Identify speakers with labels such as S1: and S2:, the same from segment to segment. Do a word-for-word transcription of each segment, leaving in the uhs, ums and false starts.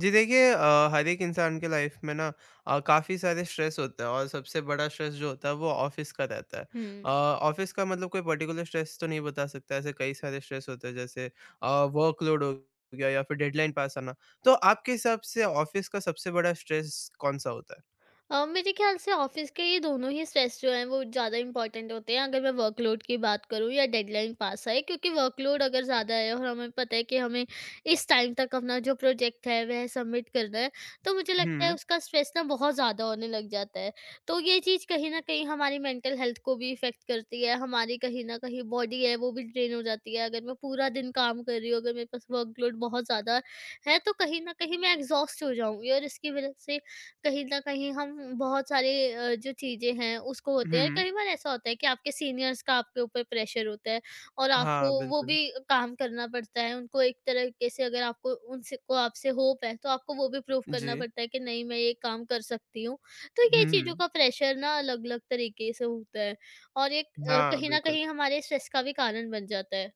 S1: जी देखिए अ, हर एक इंसान के लाइफ में ना अ, काफ़ी सारे स्ट्रेस होते हैं और सबसे बड़ा स्ट्रेस जो होता है वो ऑफिस का रहता है।
S2: हुँ।
S1: अ, ऑफिस का मतलब कोई पर्टिकुलर स्ट्रेस तो नहीं बता सकता ऐसे कई सारे स्ट्रेस होते हैं जैसे वर्कलोड हो गया या फिर डेडलाइन पास आना। तो आपके हिसाब से ऑफिस का सबसे बड़ा स्ट्रेस कौन सा होता है?
S2: अ, मेरे ख़्याल से ऑफ़िस के ये दोनों ही स्ट्रेस जो हैं वो ज़्यादा इम्पोर्टेंट होते हैं, अगर मैं वर्कलोड की बात करूँ या डेडलाइन पास है। क्योंकि वर्कलोड अगर ज़्यादा है और हमें पता है कि हमें इस टाइम तक अपना जो प्रोजेक्ट है वह सबमिट करना है, तो मुझे लगता है
S1: हुँ,
S2: उसका स्ट्रेस ना बहुत ज़्यादा होने लग जाता है। तो ये चीज़ कहीं न कहीं हमारी मेंटल हेल्थ को भी इफ़ेक्ट करती है, हमारी कहीं न कहीं बॉडी है वो भी ड्रेन हो जाती है। अगर मैं पूरा दिन काम कर रही हूँ, अगर मेरे पास वर्कलोड बहुत ज़्यादा है, तो कहीं न कहीं मैं एग्ज़ॉस्ट हो जाऊँगी, और इसकी वज़ह से कहीं न कहीं हम बहुत सारे अ, जो चीज़ें हैं उसको होते हैं।
S1: हुँ।
S2: कई बार ऐसा होता है कि आपके सीनियर्स का आपके ऊपर प्रेशर होता है, और आपको
S1: हाँ,
S2: वो
S1: बिल्कुल।
S2: भी काम करना पड़ता है। उनको एक तरीके से, अगर आपको उनसे को आपसे होप है, तो आपको वो भी प्रूव करना
S1: जी।
S2: पड़ता है कि नहीं, मैं ये काम कर सकती हूँ। तो ये
S1: हुँ,
S2: चीज़ों
S1: हुँ।
S2: का प्रेशर ना अलग-अलग तरीके से होता है, और एक अ,
S1: हाँ,
S2: कहीं न
S1: बिल्कुल।
S2: कहीं हमारे स्ट्रेस का भी कारण बन जाता है।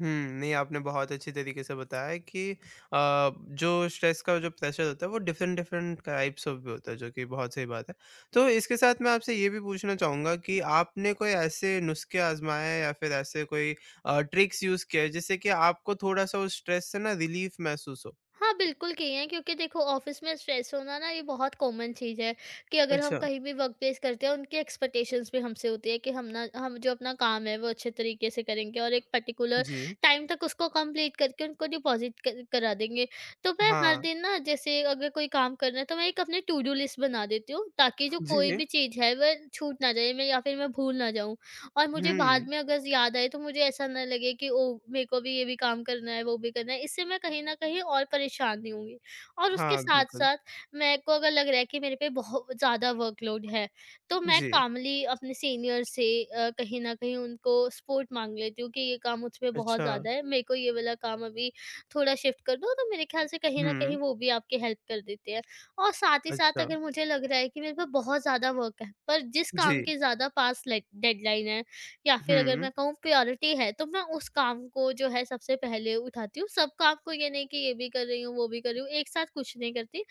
S1: हुँ, नहीं आपने बहुत अच्छी तरीके से बताया कि अ, जो स्ट्रेस का जो प्रेशर होता है वो डिफरेंट डिफरेंट टाइप्स ऑफ भी होता है जो कि बहुत सही बात है। तो इसके साथ मैं आपसे ये भी पूछना चाहूँगा कि आपने कोई ऐसे नुस्खे आज़माए हैं या फिर ऐसे कोई अ, ट्रिक्स यूज़ किए हैं जिससे कि आपको थोड़ा-सा उस स्ट्रेस से ना रिलीफ़ महसूस हो?
S2: हाँ, बिल्कुल की हैं। क्योंकि देखो, ऑफ़िस में स्ट्रेस होना ना ये बहुत कॉमन चीज़ है, कि अगर हम
S1: अच्छा,
S2: कहीं भी वर्क प्लेस करते हैं, उनकी एक्सपेक्टेशंस भी हमसे होती है कि हम ना हम जो अपना काम है वो अच्छे तरीके से करेंगे, और एक पर्टिकुलर
S1: जी।
S2: टाइम तक उसको कंप्लीट करके उनको डिपॉज़िट कर करा देंगे। तो मैं हर
S1: हाँ,
S2: दिन ना, जैसे अगर कोई काम करना है तो मैं एक अपनी टू डू लिस्ट बना देती हूँ, ताकि जो कोई
S1: जी।
S2: भी चीज़ है वह छूट ना जाए, मैं या फिर मैं भूल ना जाऊँ। और मुझे बाद
S1: हुँ,
S2: में अगर याद आए तो मुझे ऐसा ना लगे कि ओह! मेरे को भी ये भी काम करना है, वो भी करना है। इससे मैं कहीं न कहीं और परेशान नहीं होंगी। और उसके
S1: हाँ, बिल्कुल।
S2: साथ-साथ, मेरे को अगर लग रहा है कि मेरे पे बहुत ज़्यादा वर्कलोड है, तो मैं
S1: जी,
S2: कामली अपने सीनियर से अ, कहीं न कहीं उनको सपोर्ट माँग लेती हूँ, कि ये काम मुझ पे बहुत
S1: अच्छा।
S2: ज़्यादा है, मेरे को ये वाला काम अभी थोड़ा शिफ्ट कर दो। तो मेरे ख्याल से कहीं न कहीं
S1: हुँ,
S2: वो भी आपकी हेल्प कर देते हैं। और साथ ही साथ,
S1: अच्छा।
S2: अगर मुझे लग रहा है कि मेरे पे बहुत ज़्यादा वर्क है, पर जिस
S1: जी,
S2: काम के ज़्यादा पास लेड डेडलाइन है या फिर अगर
S1: हुँ,
S2: मैं कहूँ प्रायोरिटी है, तो मैं उस काम को जो है सबसे पहले उठाती हूँ। सब काम को ये नहीं कि ये भी कर रही हूँ, वो भी कर रही हूँ, एक साथ कुछ नहीं करती।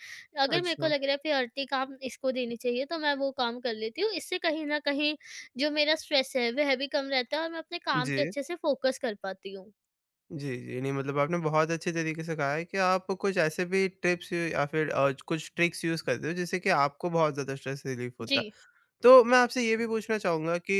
S2: अगर मेरे को
S1: अच्छा,
S2: लग रहा है प्रायोरिटी काम इसको देनी चाहिए, तो मैं वो काम कर लेती हूँ। इससे कहीं न कहीं जो मेरा स्ट्रेस है वह भी कम रहता है, और मैं अपने काम
S1: जी।
S2: पे अच्छे से फ़ोकस कर पाती हूँ।
S1: जी, जी। नहीं मतलब आपने बहुत अच्छे तरीके से कहा है कि आप कुछ ऐसे भी टिप्स या फिर अ, कुछ ट्रिक्स यूज़ करते हो जिससे कि आपको बहुत ज़्यादा स्ट्रेस रिलीफ़
S2: जी,
S1: होता है। तो मैं आपसे ये भी पूछना चाहूँगा कि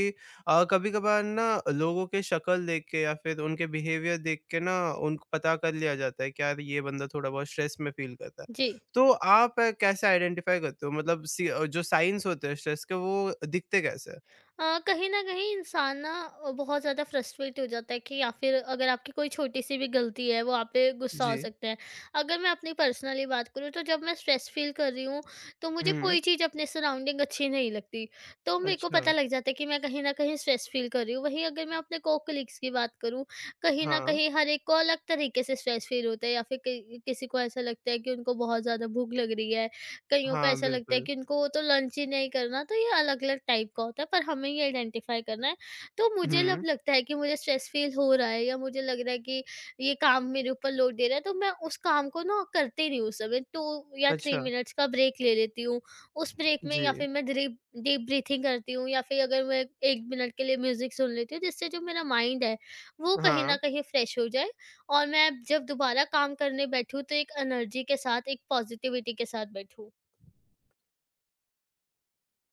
S1: अ, कभी-कभार ना लोगों के शक्ल देख के या फिर उनके बिहेवियर देख के ना उनको पता कर लिया जाता है कि यार ये बंदा थोड़ा बहुत स्ट्रेस में फ़ील करता है।
S2: जी।
S1: तो आप अ, कैसे आइडेंटिफ़ाई करते हो? मतलब सी अ, जो साइन्स होते हैं स्ट्रेस के वो दिखते कैसे हैं?
S2: अ, कहीं न कहीं इंसान ना अ, बहुत ज़्यादा फ्रस्ट्रेट हो जाता है, कि या फिर अगर आपकी कोई छोटी-सी भी गलती है, वो आप पे गुस्सा हो
S1: जी।
S2: सकता है। अगर मैं अपनी पर्सनली बात करूँ, तो जब मैं स्ट्रेस फ़ील कर रही हूँ, तो मुझे
S1: हुँ।
S2: कोई चीज़ अपने सराउंडिंग अच्छी नहीं लगती। तो मेरे को
S1: अच्छा।
S2: पता लग जाता है कि मैं कहीं न कहीं स्ट्रेस फ़ील कर रही हूँ। वहीं अगर मैं अपने को-कलीग्स की बात करूँ, कहीं न
S1: हाँ।
S2: कहीं हर एक को अलग तरीके से स्ट्रेस फ़ील होता है। या फिर कई किसी को ऐसा लगता है कि उनको बहुत ज़्यादा भूख लग रही है, कईयों को
S1: हाँ,
S2: ऐसा लगता है
S1: बिल्कुल।
S2: कि उनको वो तो लंच ही नहीं करना। तो ये अलग-अलग टाइप का होता है, पर हमें ये आइडेंटिफ़ाई करना है। तो मुझे जब
S1: हुँ।
S2: लगता है कि मुझे स्ट्रेस फ़ील हो रहा है, या मुझे लग रहा है कि ये काम मेरे ऊपर लोड दे रहा है, तो मैं उस काम को ना करती नहीं हूँ उस समय, दो या तीन
S1: अच्छा।
S2: मिनट्स का ब्रेक ले लेती हूँ। उस ब्रेक में या फिर
S1: जी,
S2: मैं डीप डीप ब्रीथिंग करती हूँ, या फिर अगर मैं एक मिनट के लिए म्यूज़िक सुन लेती हूँ, जिससे जो मेरा माइंड है, वो कहीं न
S1: हाँ।
S2: कहीं फ्रेश हो जाए, और मैं जब दोबारा काम करने बैठूँ, तो एक एनर्जी के साथ, एक पॉज़िटिविटी के साथ बैठूँ।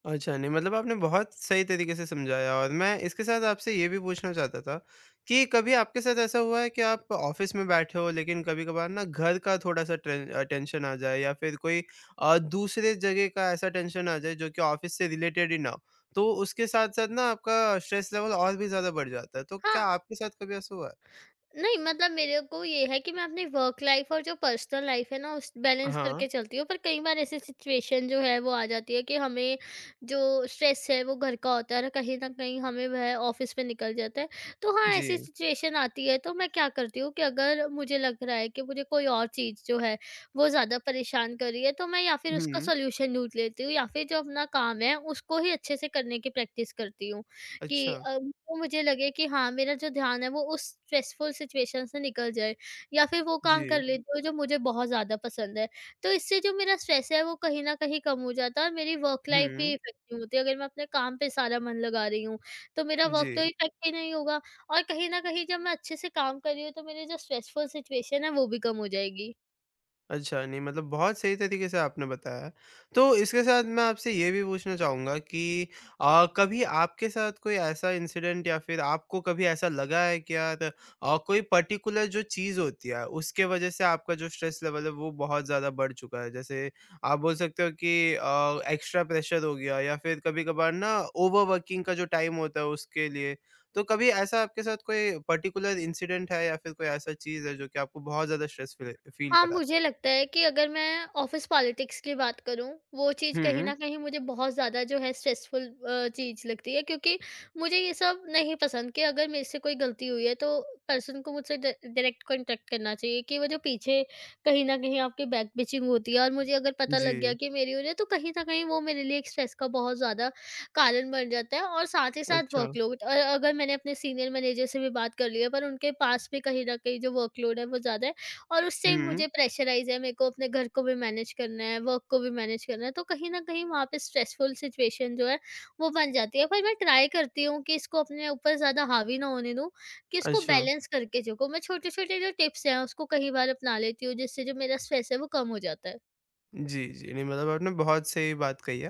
S1: अच्छा, नहीं मतलब आपने बहुत सही तरीके से समझाया और मैं इसके साथ आपसे ये भी पूछना चाहता था कि कभी आपके साथ ऐसा हुआ है कि आप ऑफ़िस में बैठे हो लेकिन कभी-कभार ना घर का थोड़ा-सा टेन अ, टेंशन आ जाए या फिर कोई अ, दूसरे जगह का ऐसा टेंशन आ जाए जो कि ऑफ़िस से रिलेटेड ही ना हो, तो उसके साथ-साथ ना आपका स्ट्रेस लेवल और भी ज़्यादा बढ़ जाता है, तो क्या
S2: हाँ,
S1: आपके साथ कभी ऐसा हुआ है?
S2: नहीं मतलब मेरे को ये है कि मैं अपनी वर्क लाइफ और जो पर्सनल लाइफ है ना उस बैलेंस
S1: हाँ,
S2: करके चलती हूँ, पर कई बार ऐसी सिचुएशन जो है वो आ जाती है कि हमें जो स्ट्रेस है वो घर का होता है, कहीं ना कहीं हमें वह ऑफिस में निकल जाता है। तो हाँ,
S1: जी।
S2: ऐसी सिचुएशन आती है, तो मैं क्या करती हूँ कि अगर मुझे लग रहा है कि मुझे कोई और चीज़ जो है वो ज़्यादा परेशान कर रही है, तो मैं या फिर उसका
S1: हुँ,
S2: सोल्यूशन ढूंढ लेती हूँ, या फिर जो अपना काम है उसको ही अच्छे से करने की प्रैक्टिस करती हूँ, कि
S1: अच्छा।
S2: अ, वो मुझे लगे कि हाँ, मेरा जो ध्यान है वो उस स्ट्रेसफुल सिचुएशन से निकल जाए, या फिर वो काम कर
S1: जी।
S2: हुँ। लेती हूँ जो मुझे बहुत ज़्यादा पसंद है। तो इससे जो मेरा स्ट्रेस है वो कहीं न कहीं कम हो जाता है, और मेरी वर्क लाइफ़ भी
S1: हुँ,
S2: इफ़ेक्टिव होती है। अगर मैं अपने काम पे सारा मन लगा रही हूँ, तो मेरा वर्क
S1: जी।
S2: तो इफ़ेक्ट ही नहीं होगा। और कहीं न कहीं जब मैं अच्छे से काम कर रही हूँ, तो मेरी जो स्ट्रेसफुल सिचुएशन है वो भी कम हो जाएगी।
S1: अच्छा, नहीं मतलब बहुत सही तरीके से आपने बताया। तो इसके साथ मैं आपसे ये भी पूछना चाहूँगा कि अ, कभी आपके साथ कोई ऐसा इंसिडेंट या फिर आपको कभी ऐसा लगा है कि यार अ, कोई पर्टिकुलर जो चीज़ होती है, उसके वज़ह से आपका जो स्ट्रेस लेवल है, वो बहुत ज़्यादा बढ़ चुका है? जैसे आप बोल सकते हो कि अ, एक्स्ट्रा प्रेशर हो गया या फिर कभी-कभार ना ओवरवर्किंग का जो टाइम होता है, उसके लिए। तो कभी ऐसा आपके साथ कोई पर्टिकुलर इंसिडेंट है या फिर कोई ऐसा चीज़ है, जो कि आपको बहुत ज़्यादा स्ट्रेस फील फील
S2: हाँ,
S1: कराता
S2: मुझे
S1: है?
S2: लगता है कि अगर मैं ऑफ़िस पॉलिटिक्स की बात करूँ, वो चीज़ कहीं
S1: हुँ,
S2: न कहीं मुझे बहुत ज़्यादा जो है स्ट्रेसफुल अ, चीज़ लगती है, क्योंकि मुझे ये सब नहीं पसंद कि अगर मेरे से कोई गलती हुई है, तो पर्सन को मुझसे डा डायरेक्ट कॉन्टैक्ट करना चाहिए। कि वो जो पीछे कहीं न कहीं आपकी बैक बिचिंग होती है, और मुझे अगर पता
S1: जी।
S2: लग गया कि मेरी हो रही है, तो कहीं न कहीं वो मेरे लिए एक स्ट्रेस का बहुत ज़्यादा कारण बन जाता है। और साथ ही साथ
S1: अच्छा।
S2: वर्कलोड अ, अगर मैंने अपने सीनियर मैनेजर से भी बात कर ली है, पर उनके पास भी कहीं न कहीं जो वर्कलोड है वो ज़्यादा है, और उससे
S1: हुँ,
S2: मुझे प्रेशराइज़ है, मेरे को अपने घर को भी मैनेज करना है, वर्क को भी मैनेज करना है, तो कहीं न कहीं वहाँ पे स्ट्रेसफुल सिचुएशन जो है, वो बन जाती है। पर मैं ट्राई करती हूँ कि इसको अपने ऊपर ज़्यादा हावी ना होने दूँ, कि इसको
S1: अच्छा।
S2: बैलेंस करके चलूँ। मैं छोटे-छोटे जो टिप्स हैं, उसको कई बार अपना लेती हूँ, जिससे जो मेरा स्ट्रेस है, वो कम हो जाता है।
S1: जी, जी। नहीं मतलब आपने बहुत सही बात कही है।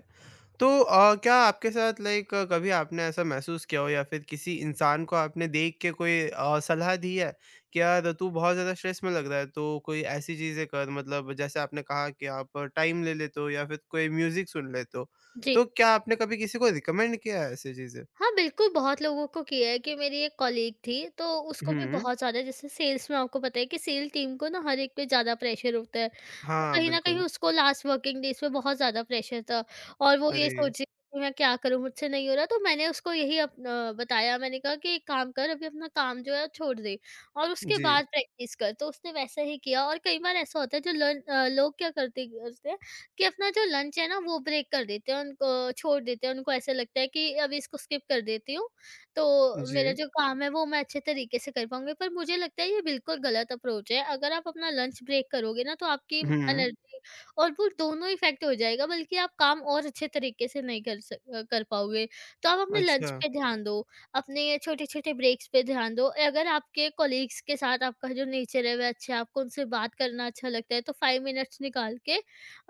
S1: तो अ, क्या आपके साथ लाइक कभी आपने ऐसा महसूस किया हो या फिर किसी इंसान को आपने देख के कोई अ, सलाह दी है कि यार तू बहुत ज़्यादा स्ट्रेस में लग रहा है तो कोई ऐसी चीज़ें कर मतलब जैसे आपने कहा कि आप टाइम ले लेते हो या फिर कोई म्यूज़िक सुन लेते हो।
S2: जी।
S1: तो क्या आपने कभी किसी को रिकमेंड किया है ऐसी चीज़ें?
S2: हाँ, बिल्कुल, बहुत लोगों को किया है। कि मेरी एक कॉलीग थी, तो उसको भी
S1: हुँ।
S2: बहुत ज़्यादा, जैसे सेल्स में आपको पता है कि सेल टीम को ना हर एक पे ज़्यादा प्रेशर होता है। तो
S1: हाँ,
S2: कहीं न कहीं
S1: बिल्कुल।
S2: उसको लास्ट वर्किंग डेज़ पे बहुत ज़्यादा प्रेशर था, और वो ये
S1: अरे!
S2: सोच रही थी कि मैं क्या करूँ, मुझसे नहीं हो रहा। तो मैंने उसको यही अप अ, बताया। मैंने कहा कि एक काम कर, अभी अपना काम जो है छोड़ दे, और उसके
S1: जी,
S2: बाद प्रैक्टिस कर। तो उसने वैसा ही किया। और कई बार ऐसा होता है, जो लर्न अ, लोग क्या करते करते हैं कि अपना जो लंच है ना, वो ब्रेक कर देते हैं। उनको छोड़ देते हैं, उनको ऐसा लगता है कि अभी इसको स्किप कर देती हूँ, तो
S1: जी।
S2: मेरा जो काम है वो मैं अच्छे तरीके से कर पाऊंगी। पर मुझे लगता है ये बिल्कुल गलत अप्रोच है। अगर आप अपना लंच ब्रेक करोगे ना, तो आपकी
S1: हुँ।
S2: एनर्जी और वो दोनों इफेक्ट हो जाएगा, बल्कि आप काम और अच्छे तरीके से नहीं कर सक, अ, कर पाओगे। तो आप अपने लंच
S1: अच्छा।
S2: पे ध्यान दो, अपने छोटे छोटे ब्रेक्स पे ध्यान दो। अगर आपके कोलीग्स के साथ आपका जो नेचर है वह अच्छा है, आपको उनसे बात करना अच्छा लगता है, तो फाइव मिनट्स निकाल के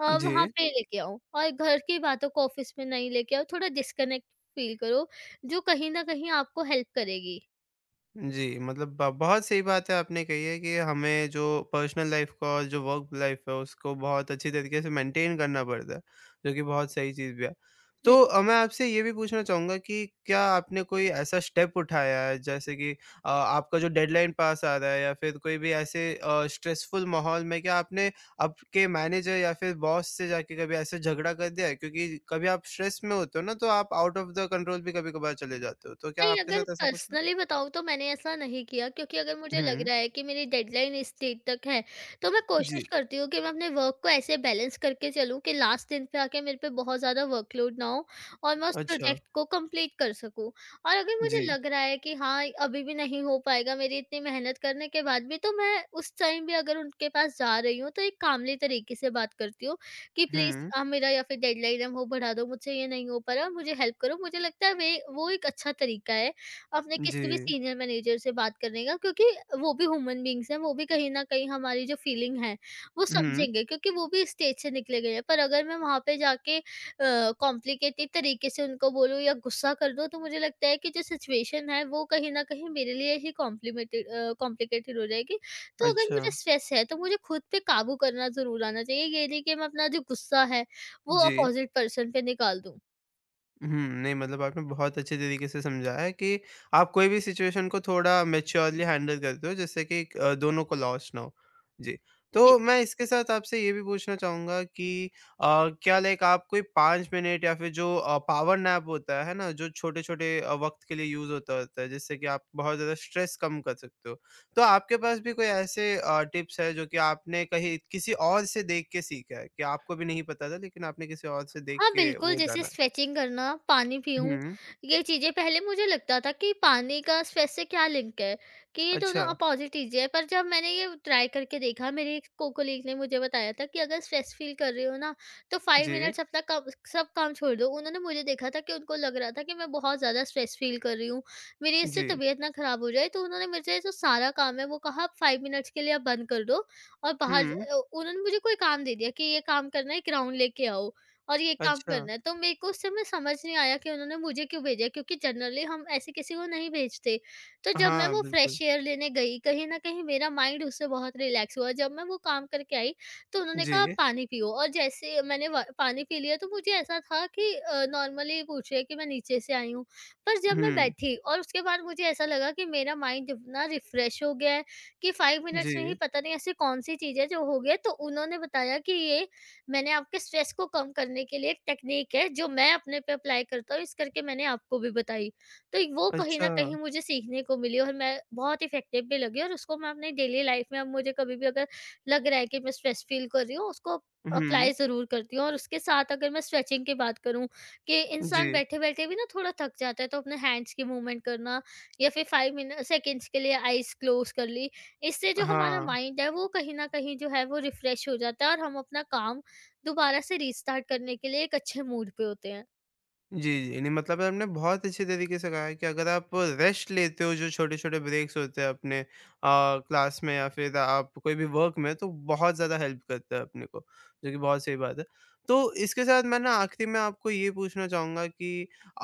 S2: अ, वहाँ
S1: जी।
S2: पे लेके आओ, और घर की बातों को ऑफिस में नहीं लेके आओ। थोड़ा डिस्कनेक्ट फ़ील करो, जो कहीं न कहीं आपको हेल्प करेगी।
S1: जी, मतलब ब बहुत सही बात है आपने कही है कि हमें जो पर्सनल लाइफ़ का और जो वर्क लाइफ़ है उसको बहुत अच्छी तरीके से मेंटेन करना पड़ता है, जो कि बहुत सही चीज़ भी है।
S2: जी।
S1: तो अ, मैं आपसे ये भी पूछना चाहूँगा कि क्या आपने कोई ऐसा स्टेप उठाया है जैसे कि अ, आपका जो डेडलाइन पास आ रहा है या फिर कोई भी ऐसे अ, स्ट्रेसफुल माहौल में क्या आपने आपके मैनेजर या फिर बॉस से जाके कभी ऐसे झगड़ा कर दिया है? क्योंकि कभी आप स्ट्रेस में होते हो ना तो आप आउट ऑफ द कंट्रोल भी कभी-कभार चले जाते हो, तो क्या
S2: नहीं,
S1: आपके
S2: अगर
S1: साथ ऐसा कुछ
S2: पर्सनली बताऊँ तो मैंने ऐसा नहीं किया, क्योंकि अगर मुझे लग
S1: हुँ।
S2: रहा है कि मेरी डेडलाइन इस डेट तक है, तो मैं कोशिश
S1: जी,
S2: करती हूँ कि मैं अपने वर्क को ऐसे बैलेंस करके चलूँ कि लास्ट दिन पे आके मेरे पे बहुत ज़्यादा वर्कलोड ना हो, और मैं उस
S1: अच्छा,
S2: प्रोजेक्ट को कंप्लीट कर सकूँ। और अगर मुझे
S1: जी,
S2: लग रहा है कि हाँ, अभी भी नहीं हो पाएगा मेरी इतनी मेहनत करने के बाद भी, तो मैं उस टाइम भी अगर उनके पास जा रही हूँ, तो एक कामली तरीके से बात करती हूँ कि प्लीज़
S1: हुँ,
S2: आप मेरा, या फिर डेडलाइन है वो बढ़ा दो, मुझसे ये नहीं हो पा रहा, मुझे हेल्प करो। मुझे लगता है वे वो एक अच्छा तरीका है, अपने
S1: जी,
S2: किसी भी सीनियर मैनेजर से बात करने का, क्योंकि वो भी ह्यूमन बीइंग्स हैं। वो भी कहीं न कहीं हमारी जो फीलिंग है, वो
S1: हुँ,
S2: समझेंगे, क्योंकि वो भी स्टेज से निकले गए हैं। पर अगर मैं वहाँ पे जाके अ, कॉम्प्लिकेटेड तरीके से उनको बोलूँ या गुस्सा कर दूँ, तो मुझे लगता है कि जो सिचुएशन है, वो कहीं न कहीं मेरे लिए ही कॉम्प्लिमेटेड अ, कॉम्प्लिकेटेड हो जाएगी। तो अगर
S1: अच्छा,
S2: मुझे स्ट्रेस है, तो मुझे खुद पे काबू करना ज़रूर आना चाहिए। ये नहीं कि मैं अपना जो गुस्सा है, वो
S1: जी।
S2: अपोज़िट पर्सन पे निकाल दूँ।
S1: हुँ, नहीं मतलब आपने बहुत अच्छे तरीके से समझाया है कि आप कोई भी सिचुएशन को थोड़ा मैच्योरली हैंडल करते हो जिससे कि अ, दोनों को लॉस ना हो। जी,
S2: जी।
S1: तो मैं इसके साथ आपसे ये भी पूछना चाहूँगा कि अ, क्या लाइक आप कोई पाँच मिनट या फिर जो अ, पावर नैप होता है ना, जो छोटे-छोटे अ, वक़्त के लिए यूज़ होता होता है जिससे कि आप बहुत ज़्यादा स्ट्रेस कम कर सकते हो। तो आपके पास भी कोई ऐसे अ, टिप्स है जो कि आपने कहीं किसी और से देख के सीखा है, कि आपको भी नहीं पता था लेकिन आपने किसी और से देख
S2: हाँ,
S1: के
S2: बिल्कुल।
S1: वो
S2: जैसे
S1: जाना?
S2: स्ट्रेचिंग करना, पानी पीऊँ,
S1: हुँ।
S2: ये चीज़ें। पहले मुझे लगता था कि पानी का स्ट्रेस से क्या लिंक है, कि ये दोनों
S1: अच्छा,
S2: अपोज़िट चीज़ें हैं। पर जब मैंने ये ट्राई करके देखा, मेरे एक को कोलीग ने मुझे बताया था कि अगर स्ट्रेस फ़ील कर रहे हो ना, तो फाइव
S1: जी,
S2: मिनट्स अपना कम सब काम छोड़ दो। उन्होंने मुझे देखा था कि उनको लग रहा था कि मैं बहुत ज़्यादा स्ट्रेस फ़ील कर रही हूँ, मेरी इससे
S1: जी।
S2: तबीयत ना ख़राब हो जाए। तो उन्होंने मुझे जो सारा काम है, वो कहा, "आप फाइव मिनट्स के लिए आप बंद कर दो और बाहर"।
S1: हुँ,
S2: अ, उन्होंने मुझे कोई काम दे दिया कि, "ये काम करना है, ग्राउंड लेके आओ।" और ये काम
S1: अच्छा।
S2: करना है। तो मेरे को उस समय समझ नहीं आया कि उन्होंने मुझे क्यों भेजा है, क्योंकि जनरली हम ऐसे किसी को नहीं भेजते। तो जब मैं
S1: हाँ,
S2: वो
S1: बिल्कुल।
S2: फ्रेश एयर लेने गई, कहीं न कहीं मेरा माइंड उससे बहुत रिलैक्स हुआ। जब मैं वो काम करके आई, तो उन्होंने कहा, "आप
S1: जी,
S2: पानी पियो", और जैसे मैंने व पानी पी लिया, तो मुझे ऐसा था कि अ, नॉर्मली पूछ रहे हैं कि मैं नीचे से आई हूँ। पर जब मैं
S1: हुँ,
S2: बैठी, और उसके बाद मुझे ऐसा लगा कि मेरा माइंड इतना रिफ्रेश हो गया है कि फाइव मिनट्स में ही
S1: जी,
S2: पता नहीं ऐसी कौन-सी चीज़ है जो हो गई है। तो उन्होंने बताया कि ये, मैंने आपके स्ट्रेस को कम करने के लिए एक टेक्नीक है जो मैं अपने पे अप्लाई करता हूँ, इस करके मैंने आपको भी बताई। तो एक वो कहीं
S1: अच्छा।
S2: न कहीं मुझे सीखने को मिली, और मैं बहुत इफ़ेक्टिव भी लगी, और उसको मैं अपनी डेली लाइफ़ में, अब मुझे कभी भी अगर लग रहा है कि मैं स्ट्रेस फ़ील कर रही हूँ, उसको अप्लाई
S1: हुँ,
S2: ज़रूर करती हूँ। और उसके साथ, अगर मैं स्ट्रेचिंग की बात करूँ, कि इंसान
S1: जी,
S2: बैठे-बैठे भी ना थोड़ा थक जाता है, तो अपने हैंड्स की मूवमेंट करना, या फिर फाइव मिन सेकंड्स के लिए आइज़ क्लोज़ कर ली। इससे जो हमारा
S1: हाँ।
S2: माइंड है, वो कहीं न कहीं जो है वो रिफ़्रेश हो जाता है, और हम अपना काम दोबारा से रीस्टार्ट करने के लिए एक अच्छे मूड पे होते हैं।
S1: जी, जी। नहीं मतलब आपने बहुत अच्छे तरीके से कहा है कि अगर आप रेस्ट लेते हो, जो छोटे-छोटे ब्रेक्स होते हैं अपने अ, क्लास में या फिर आप कोई भी वर्क में तो बहुत ज़्यादा हेल्प करता है अपने को, जो कि बहुत सही बात है। तो इसके साथ मैं ना आखिरी में आपको ये पूछना चाहूँगा कि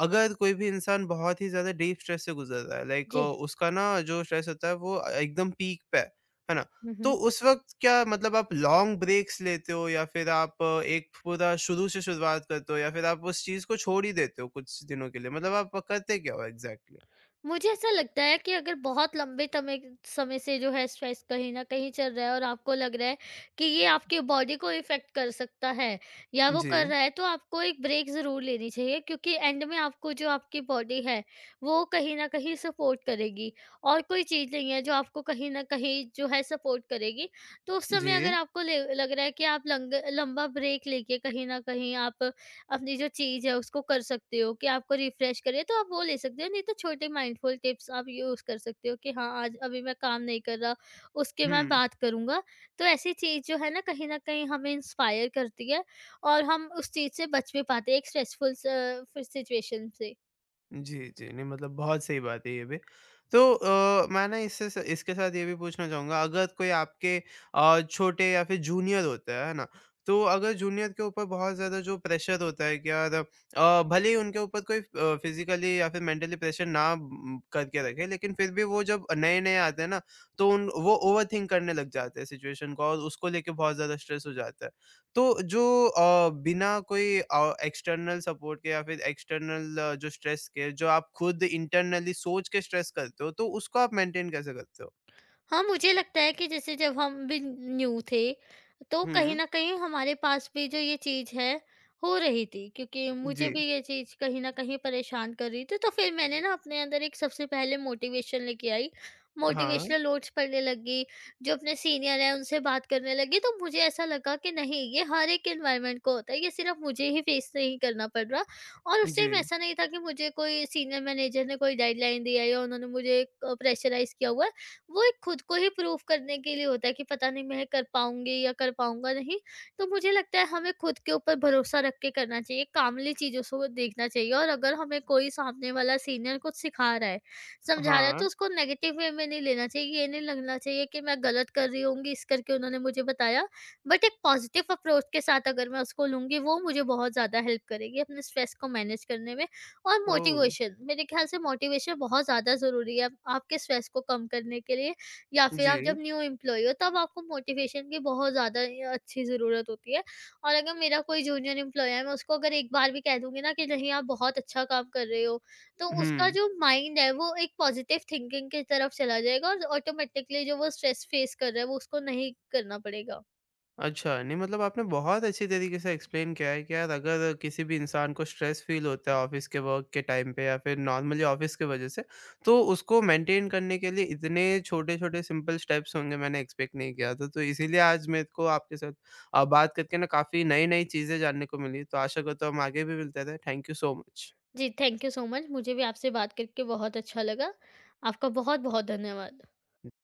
S1: अगर कोई भी इंसान बहुत ही ज़्यादा डीप स्ट्रेस से गुज़र रहा है लाइक
S2: जी।
S1: उसका ना जो स्ट्रेस होता है वो एकदम पीक पे है, है ना?
S2: हुँ,
S1: तो
S2: हुँ।
S1: उस वक़्त क्या मतलब आप लॉन्ग ब्रेक्स लेते हो या फिर आप अ, एक पूरा शुरू से शुरुआत करते हो या फिर आप उस चीज़ को छोड़ ही देते हो कुछ दिनों के लिए? मतलब आप करते क्या हो एग्ज़ैक्टली?
S2: मुझे ऐसा लगता है कि अगर बहुत लंबे तमय समय से जो है स्ट्रेस कहीं न कहीं चल रहा है, और आपको लग रहा है कि ये आपके बॉडी को इफ़ेक्ट कर सकता है, या वो कर
S1: जी,
S2: रहा है, तो आपको एक ब्रेक ज़रूर लेनी चाहिए, क्योंकि एंड में आपको जो आपकी बॉडी है, वो कहीं न कहीं सपोर्ट करेगी, और कोई चीज़ नहीं है जो आपको कहीं न कहीं जो है सपोर्ट करेगी। तो उस समय,
S1: जी।
S2: अगर आपको ले लग रहा है कि आप लंग लंबा ब्रेक लेके कहीं न कहीं आप अपनी जो चीज़ है उसको कर सकते हो कि आपको रिफ्रेश करे, तो आप वो ले सकते हो। नहीं तो छोटे माइंडफुल टिप्स आप यूज़ कर सकते हो कि हाँ, आज अभी मैं काम नहीं कर रहा, उसके मैं
S1: हुँ।
S2: बात करूँगा। तो ऐसी चीज़ जो है ना, कहीं ना कहीं हमें इंस्पायर करती है, और हम उस चीज़ से बच भी पाते हैं एक स्ट्रेसफुल सिचुएशन से।
S1: जी, जी। नहीं मतलब बहुत सही बात है ये भी। तो अ, मैं ना इससे स इसके साथ ये भी पूछना चाहूँगा अगर कोई आपके अ, छोटे या फिर जूनियर होता है, है ना? तो अगर जूनियर के ऊपर बहुत ज़्यादा जो प्रेशर होता है कि यार अ, भले ही उनके ऊपर कोई अ, फिज़िकली या फिर मेंटली प्रेशर ना उम, करके रखे लेकिन फिर भी वो जब नए-नए आते हैं ना, तो उन वो ओवरथिंक करने लग जाते हैं सिचुएशन को और उसको लेके बहुत ज़्यादा स्ट्रेस हो जाता है। तो जो अ, बिना कोई अ, एक्सटर्नल सपोर्ट के या फिर एक्सटर्नल अ, जो स्ट्रेस के जो आप खुद इंटरनली सोच के स्ट्रेस करते हो, तो उसको आप मेंटेन कैसे करते हो?
S2: हाँ, मुझे लगता है कि जैसे जब हम भी न्यू थे, तो कहीं
S1: हुँ,
S2: न कहीं हमारे पास भी जो ये चीज़ है, हो रही थी, क्योंकि मुझे
S1: जी।
S2: भी ये चीज़ कहीं न कहीं परेशान कर रही थी। तो फिर मैंने ना अपने अंदर एक सबसे पहले मोटिवेशन लेके आई,
S1: हाँ,
S2: मोटिवेशनल नोट्स पढ़ने लगी, जो अपने सीनियर हैं उनसे बात करने लगी। तो मुझे ऐसा लगा कि नहीं, ये हर एक एनवायरनमेंट को होता है, ये सिर्फ़ मुझे ही फेस नहीं करना पड़ रहा, और उस टाइम
S1: जी।
S2: ऐसा नहीं था कि मुझे कोई सीनियर मैनेजर ने कोई डेडलाइन दी है, या उन्होंने मुझे अ, प्रेशराइज़ किया हुआ है। वो एक खुद को ही प्रूव करने के लिए होता है कि पता नहीं मैं कर पाऊँगी या कर पाऊँगा नहीं। तो मुझे लगता है, हमें खुद के ऊपर भरोसा रख के करना चाहिए, कामली चीज़ों को देखना चाहिए, और अगर हमें कोई सामने वाला सीनियर कुछ सिखा रहा है, समझा रहा है,
S1: हाँ,
S2: तो उसको नेगेटिव वे में नहीं लेना चाहिए। ये नहीं लगना चाहिए कि मैं गलत कर रही होंगी, इस करके उन्होंने मुझे बताया। बट एक पॉजिटिव अप्रोच के साथ अगर मैं उसको लूँगी, वो मुझे बहुत ज़्यादा हेल्प करेगी अपने स्ट्रेस को मैनेज करने में। और
S1: ओह!
S2: मोटिवेशन, मेरे ख्याल से मोटिवेशन बहुत ज़्यादा ज़रूरी है आपके स्ट्रेस को कम करने के लिए, या फिर आप जब
S1: जी।
S2: न्यू एम्प्लॉई हो, तब आपको मोटिवेशन की बहुत ज़्यादा अच्छी ज़रूरत होती है। और अगर मेरा कोई जूनियर एम्प्लॉय है, मैं उसको अगर एक बार भी कह दूंगी ना कि नहीं, आप बहुत अच्छा काम कर रहे हो, तो उसका
S1: हुँ।
S2: जो माइंड है वो एक पॉजिटिव थिंकिंग की तरफ चला जाएगा, और ऑटोमेटिकली जो वो स्ट्रेस फेस कर रहा है, वो उसको नहीं करना पड़ेगा।
S1: अच्छा, नहीं मतलब आपने बहुत अच्छी तरीके से एक्सप्लेन किया है कि यार अगर किसी भी इंसान को स्ट्रेस फ़ील होता है ऑफ़िस के वर्क के टाइम पे या फिर नॉर्मली ऑफ़िस की वजह से, तो उसको मेंटेन करने के लिए इतने छोटे-छोटे सिंपल स्टेप्स होंगे मैंने एक्सपेक्ट नहीं किया था। तो इसीलिए आज मेरे को आपके साथ अ, बात करके ना काफ़ी नई-नई चीज़ें जानने को मिली। तो आशा करता हूँ हम आगे भी मिलते रहें। Thank you so much.
S2: जी, थैंक यू सो मच। मुझे भी आपसे बात करके बहुत अच्छा लगा। आपका बहुत बहुत धन्यवाद।